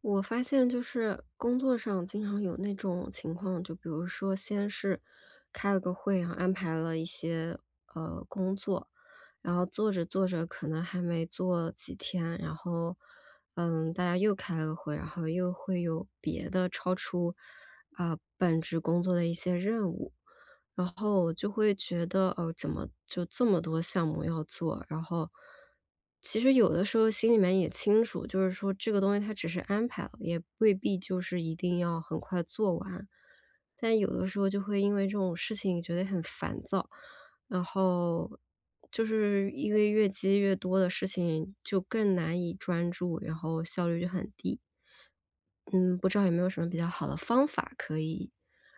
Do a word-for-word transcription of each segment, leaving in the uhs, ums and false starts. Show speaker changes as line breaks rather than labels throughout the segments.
我发现就是工作上经常有那种情况，就比如说先是开了个会然后安排了一些呃工作，然后做着做着可能还没做几天，然后嗯，大家又开了个会，然后又会有别的超出啊、本职工作的一些任务，然后我就会觉得，哦，怎么就这么多项目要做？然后其实有的时候心里面也清楚，就是说这个东西它只是安排了，也未必就是一定要很快做完。但有的时候就会因为这种事情觉得很烦躁，然后就是因为越积越多的事情，就更难以专注，然后效率就很低。嗯，不知道有没有什么比较好的方法可以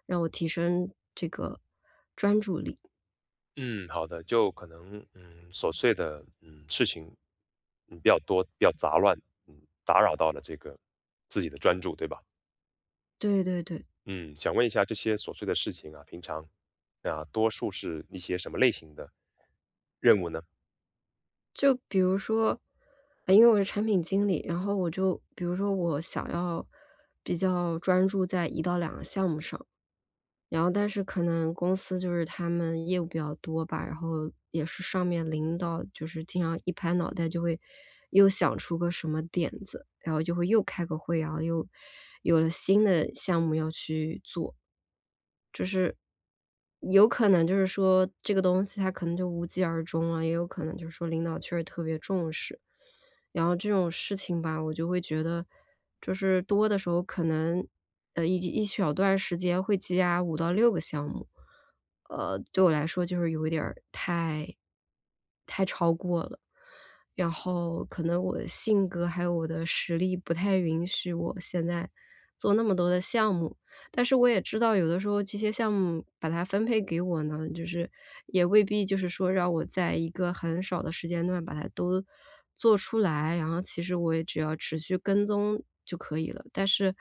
让我提升这个专注力？
嗯，好的，就可能嗯琐碎的嗯事情嗯比较多，比较杂乱，嗯打扰到了这个自己的专注，对吧？
对对对，
嗯，想问一下这些琐碎的事情啊，平常啊多数是一些什么类型的任务呢？
就比如说，呃，因为我是产品经理，然后我就比如说我想要比较专注在一到两个项目上，然后但是可能公司就是他们业务比较多吧，然后也是上面领导就是经常一拍脑袋就会又想出个什么点子，然后就会又开个会，然后又有了新的项目要去做。有可能就是说这个东西它可能就无疾而终了，也有可能就是说领导确实特别重视。然后这种事情吧，我就会觉得就是多的时候可能，呃，一一小段时间会积压五到六个项目，呃，对我来说就是有一点儿太太超过了。然后可能我的性格还有我的实力不太允许我现在做那么多的项目。但是我也知道有的时候这些项目把它分配给我呢，就是也未必就是说让我在一个很少的时间段把它都做出来，然后其实我也只要持续跟踪就可以了。但是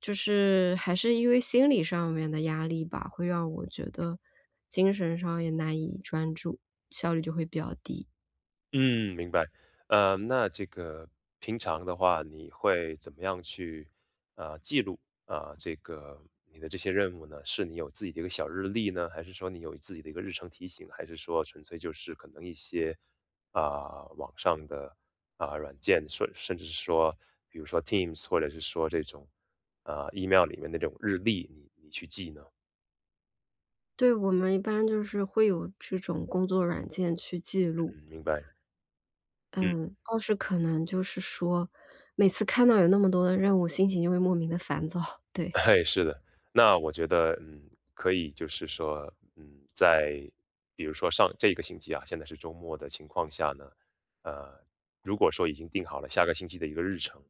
就是还是因为心理上面的压力吧，会让我觉得精神上也难以专注，效率就会比较低。
嗯，明白。呃，那这个平常的话，你会怎么样去呃记录啊、这个你的这些任务呢？是你有自己的一个小日历呢，还是说你有自己的一个日程提醒，还是说纯粹就是可能一些啊、网上的啊、软件，说甚至是说比如说 Teams 或者是说这种啊、呃 email 里面那种日历，你你去记呢？
对，我们一般就是会有这种工作软件去记录，
嗯，明白。嗯。
嗯，但是可能就是说，每次看到有那么多的任务，心情就会莫名的烦躁，对。
嘿，是的，那我觉得，嗯，可以就是说，嗯，在比如说上这个星期啊，现在是周末的情况下呢，呃，如果说已经定好了下个星期的一个日程，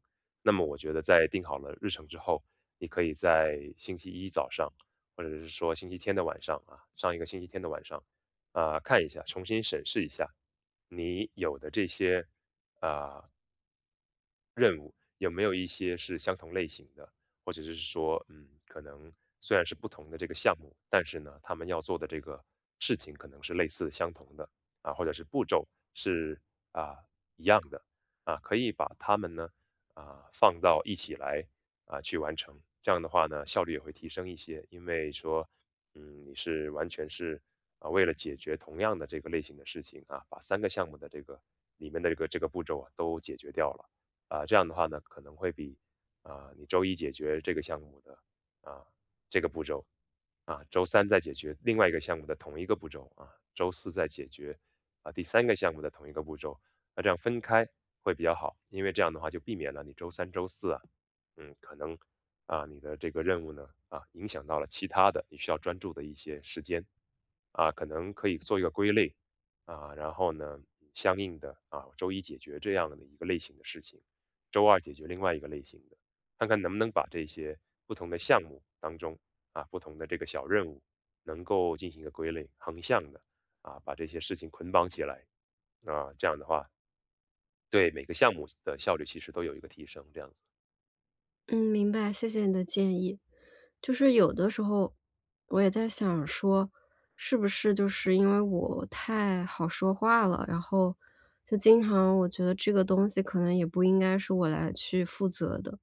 那么我觉得在定好了日程之后，你可以在星期一早上，或者是说星期天的晚上啊，上一个星期天的晚上，啊、看一下，重新审视一下你有的这些啊、呃任务有没有一些是相同类型的，或者是说，嗯，可能虽然是不同的这个项目，但是呢，他们要做的这个事情可能是类似相同的啊，或者是步骤是啊一样的啊，可以把它们呢啊放到一起来啊去完成。这样的话呢，效率也会提升一些，因为说，嗯，你是完全是啊为了解决同样的这个类型的事情啊，把三个项目的这个里面的这个这个步骤啊都解决掉了。啊、这样的话呢，可能会比啊、你周一解决这个项目的啊、这个步骤啊，周三再解决另外一个项目的同一个步骤啊，周四再解决啊第三个项目的同一个步骤，那这样分开会比较好，因为这样的话就避免了你周三、周四啊，嗯，可能啊你的这个任务呢啊影响到了其他的你需要专注的一些时间啊，可能可以做一个归类啊，然后呢相应的啊周一解决这样的一个类型的事情。周二解决另外一个类型的，看看能不能把这些不同的项目当中啊，不同的这个小任务能够进行一个归类，横向的啊，把这些事情捆绑起来啊，这样的话对每个项目的效率其实都有一个提升，这样子。
嗯，明白，谢谢你的建议。就是有的时候，我也在想说，是不是就是因为我太好说话了，然后就经常我觉得这个东西可能也不应该是我来去负责的。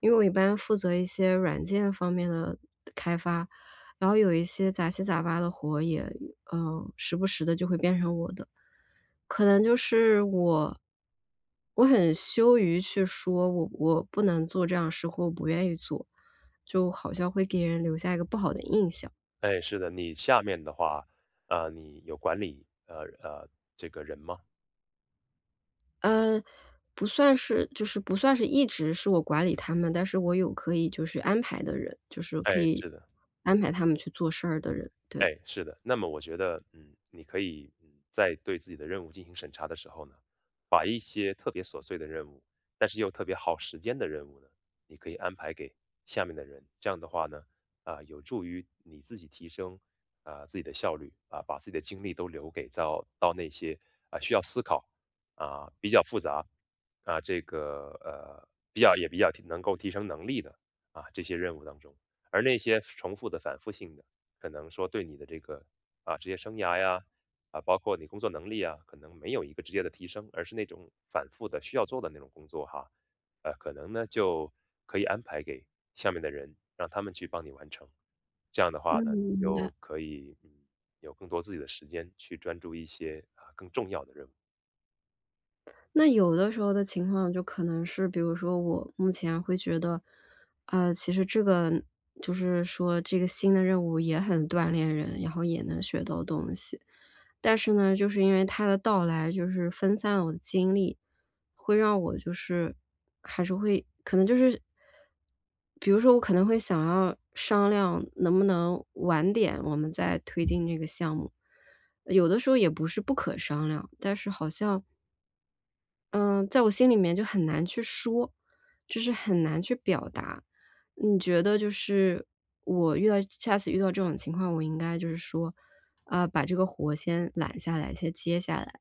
因为我一般负责一些软件方面的开发，然后有一些杂七杂八的活也呃，时不时的就会变成我的。可能就是我我很羞于去说我我不能做这样的事，或我不愿意做，就好像会给人留下一个不好的印象。
哎，是的，你下面的话，啊、你有管理呃呃这个人吗？
呃，不算是就是不算是一直是我管理他们，但是我有可以就是安排的人，就是可
哎，
以
是的。
安排他们去做事儿的人，对。
哎，是的，那么我觉得，嗯，你可以，嗯，在对自己的任务进行审查的时候呢，把一些特别琐碎的任务，但是又特别耗时间的任务呢，你可以安排给下面的人。这样的话呢，啊、有助于你自己提升啊、自己的效率啊、把自己的精力都留给到到那些啊、需要思考啊、比较复杂啊、这个呃比较也比较提能够提升能力的啊、这些任务当中，而那些重复的、反复性的。可能说对你的这个啊职业生涯呀，啊包括你工作能力啊，可能没有一个直接的提升，而是那种反复的需要做的那种工作哈，呃，可能呢就可以安排给下面的人，让他们去帮你完成。这样的话
嗯，
呢，你
明白。
就可以嗯有更多自己的时间去专注一些啊更重要的任务。
那有的时候的情况就可能是，比如说我目前会觉得，呃，其实这个就是说这个新的任务也很锻炼人，然后也能学到东西。但是呢，就是因为它的到来，就是分散了我的精力，会让我就是还是会可能就是比如说我可能会想要商量能不能晚点我们再推进这个项目，有的时候也不是不可商量，但是好像嗯，在我心里面就很难去说，就是很难去表达。你觉得就是我遇到下次遇到这种情况，我应该就是说，呃，把这个活先揽下来，先接下来，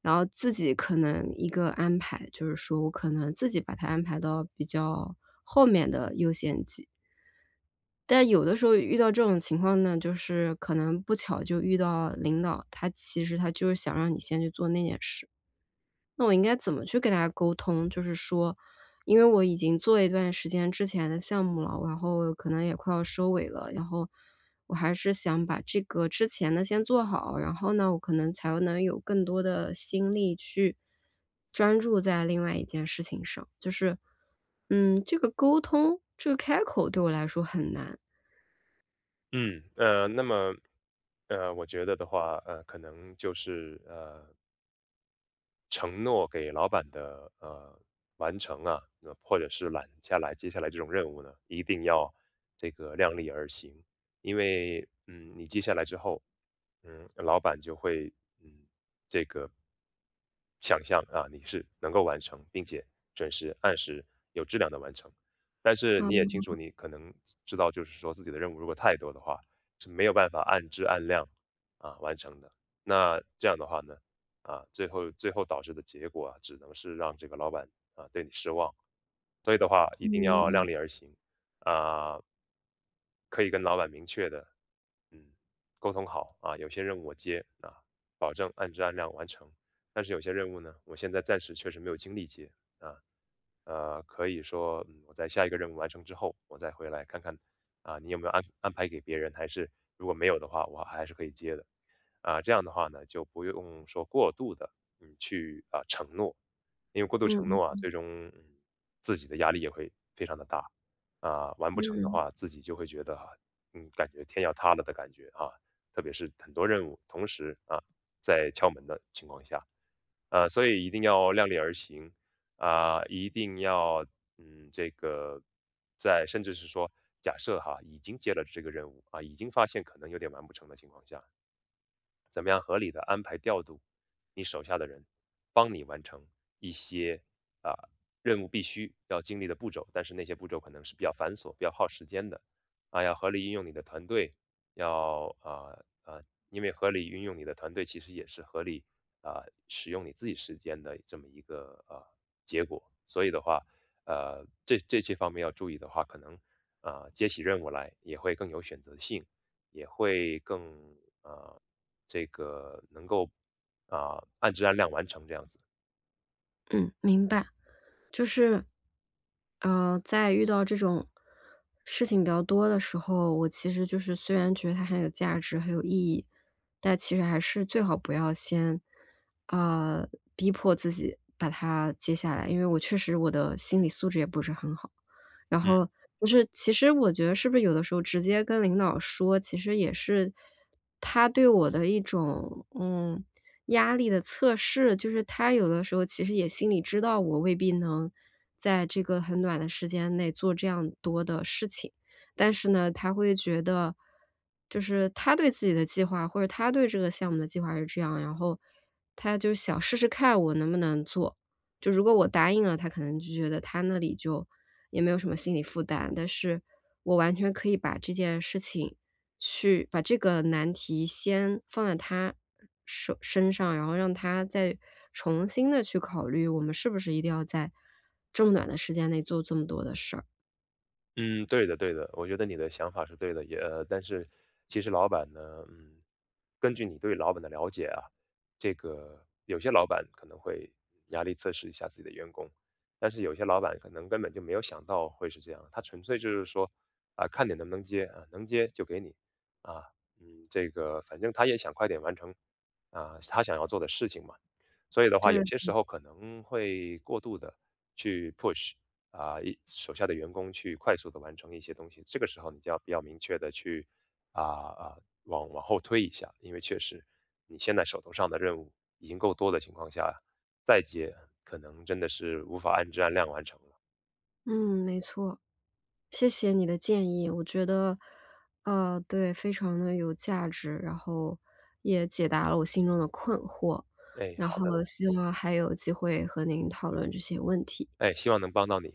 然后自己可能一个安排，就是说我可能自己把它安排到比较后面的优先级。但有的时候遇到这种情况呢，就是可能不巧就遇到领导，他其实他就是想让你先去做那件事。那我应该怎么去跟他沟通？就是说，因为我已经做了一段时间之前的项目了，然后可能也快要收尾了，然后我还是想把这个之前的先做好，然后呢，我可能才能有更多的心力去专注在另外一件事情上。就是，嗯，这个沟通，这个开口对我来说很难。
嗯，呃，那么呃，我觉得的话，呃，可能就是呃承诺给老板的呃完成啊，那或者是揽下来接下来这种任务呢，一定要这个量力而行，因为嗯，你接下来之后，嗯，老板就会嗯这个想象啊，你是能够完成，并且准时、按时、有质量的完成。但是
啊，
你也清
嗯
楚，你可能知道，就是说自己的任务如果太多的话，是没有办法按质按量啊完成的。那这样的话呢？啊，最后最后导致的结果啊，只能是让这个老板啊对你失望。所以的话，一定要
嗯
量力而行啊，可以跟老板明确的嗯沟通好啊，有些任务我接啊，保证按质按量完成，但是有些任务呢，我现在暂时确实没有精力接啊，呃，可以说，嗯，我在下一个任务完成之后，我再回来看看，啊，你有没有安安排给别人，还是如果没有的话，我还是可以接的。啊，这样的话呢，就不用说过度的，嗯，去啊承诺，因为过度承诺啊，
嗯
最终嗯自己的压力也会非常的大，啊，完不成的
嗯
话，自己就会觉得哈，嗯，感觉天要塌了的感觉啊，特别是很多任务同时啊在敲门的情况下。呃，所以一定要量力而行，啊、一定要嗯，这个在甚至是说，假设哈，已经接了这个任务啊，已经发现可能有点完不成的情况下，怎么样合理的安排调度你手下的人，帮你完成一些啊、任务必须要经历的步骤，但是那些步骤可能是比较繁琐、比较耗时间的啊，要合理运用你的团队，要啊啊、因为合理运用你的团队，其实也是合理啊、使用你自己时间的这么一个啊结果，所以的话，呃，这这些方面要注意的话，可能啊、接起任务来也会更有选择性。也会更呃，这个能够，啊，按质按量完成这样子。
嗯，明白。就是，呃，在遇到这种事情比较多的时候，我其实就是虽然觉得它很有价值、很有意义，但其实还是最好不要先，呃，逼迫自己把它接下来。因为我确实我的心理素质也不是很好，然
嗯。
后就是其实我觉得是不是有的时候直接跟领导说，其实也是他对我的一种，嗯，压力的测试，就是他有的时候其实也心里知道我未必能在这个很短的时间内做这样多的事情，但是呢，他会觉得就是他对自己的计划，或者他对这个项目的计划是这样，然后他就想试试看我能不能做。就如果我答应了，他可能就觉得他那里就也没有什么心理负担，但是我完全可以把这件事情去把这个难题先放在他手身上，然后让他再重新的去考虑，我们是不是一定要在这么短的时间内做这么多的事儿。
嗯，对的对的，我觉得你的想法是对的，也呃，但是其实老板呢，嗯，根据你对老板的了解啊，这个有些老板可能会压力测试一下自己的员工，但是有些老板可能根本就没有想到会是这样，他纯粹就是说啊，看你能不能接啊，能接就给你啊，嗯，这个反正他也想快点完成啊，他想要做的事情嘛，所以的话，
对，
有些时候可能会过度的去 push。啊、一手下的员工去快速的完成一些东西。这个时候你就要比较明确的去啊啊、往往后推一下，因为确实你现在手头上的任务已经够多的情况下，再接可能真的是无法按质按量完成了。
嗯，没错，谢谢你的建议，我觉得，呃，对，非常的有价值，然后也解答了我心中的困惑，
哎，
然
好的，
后希望还有机会和您讨论这些问题。
哎，希望能帮到你。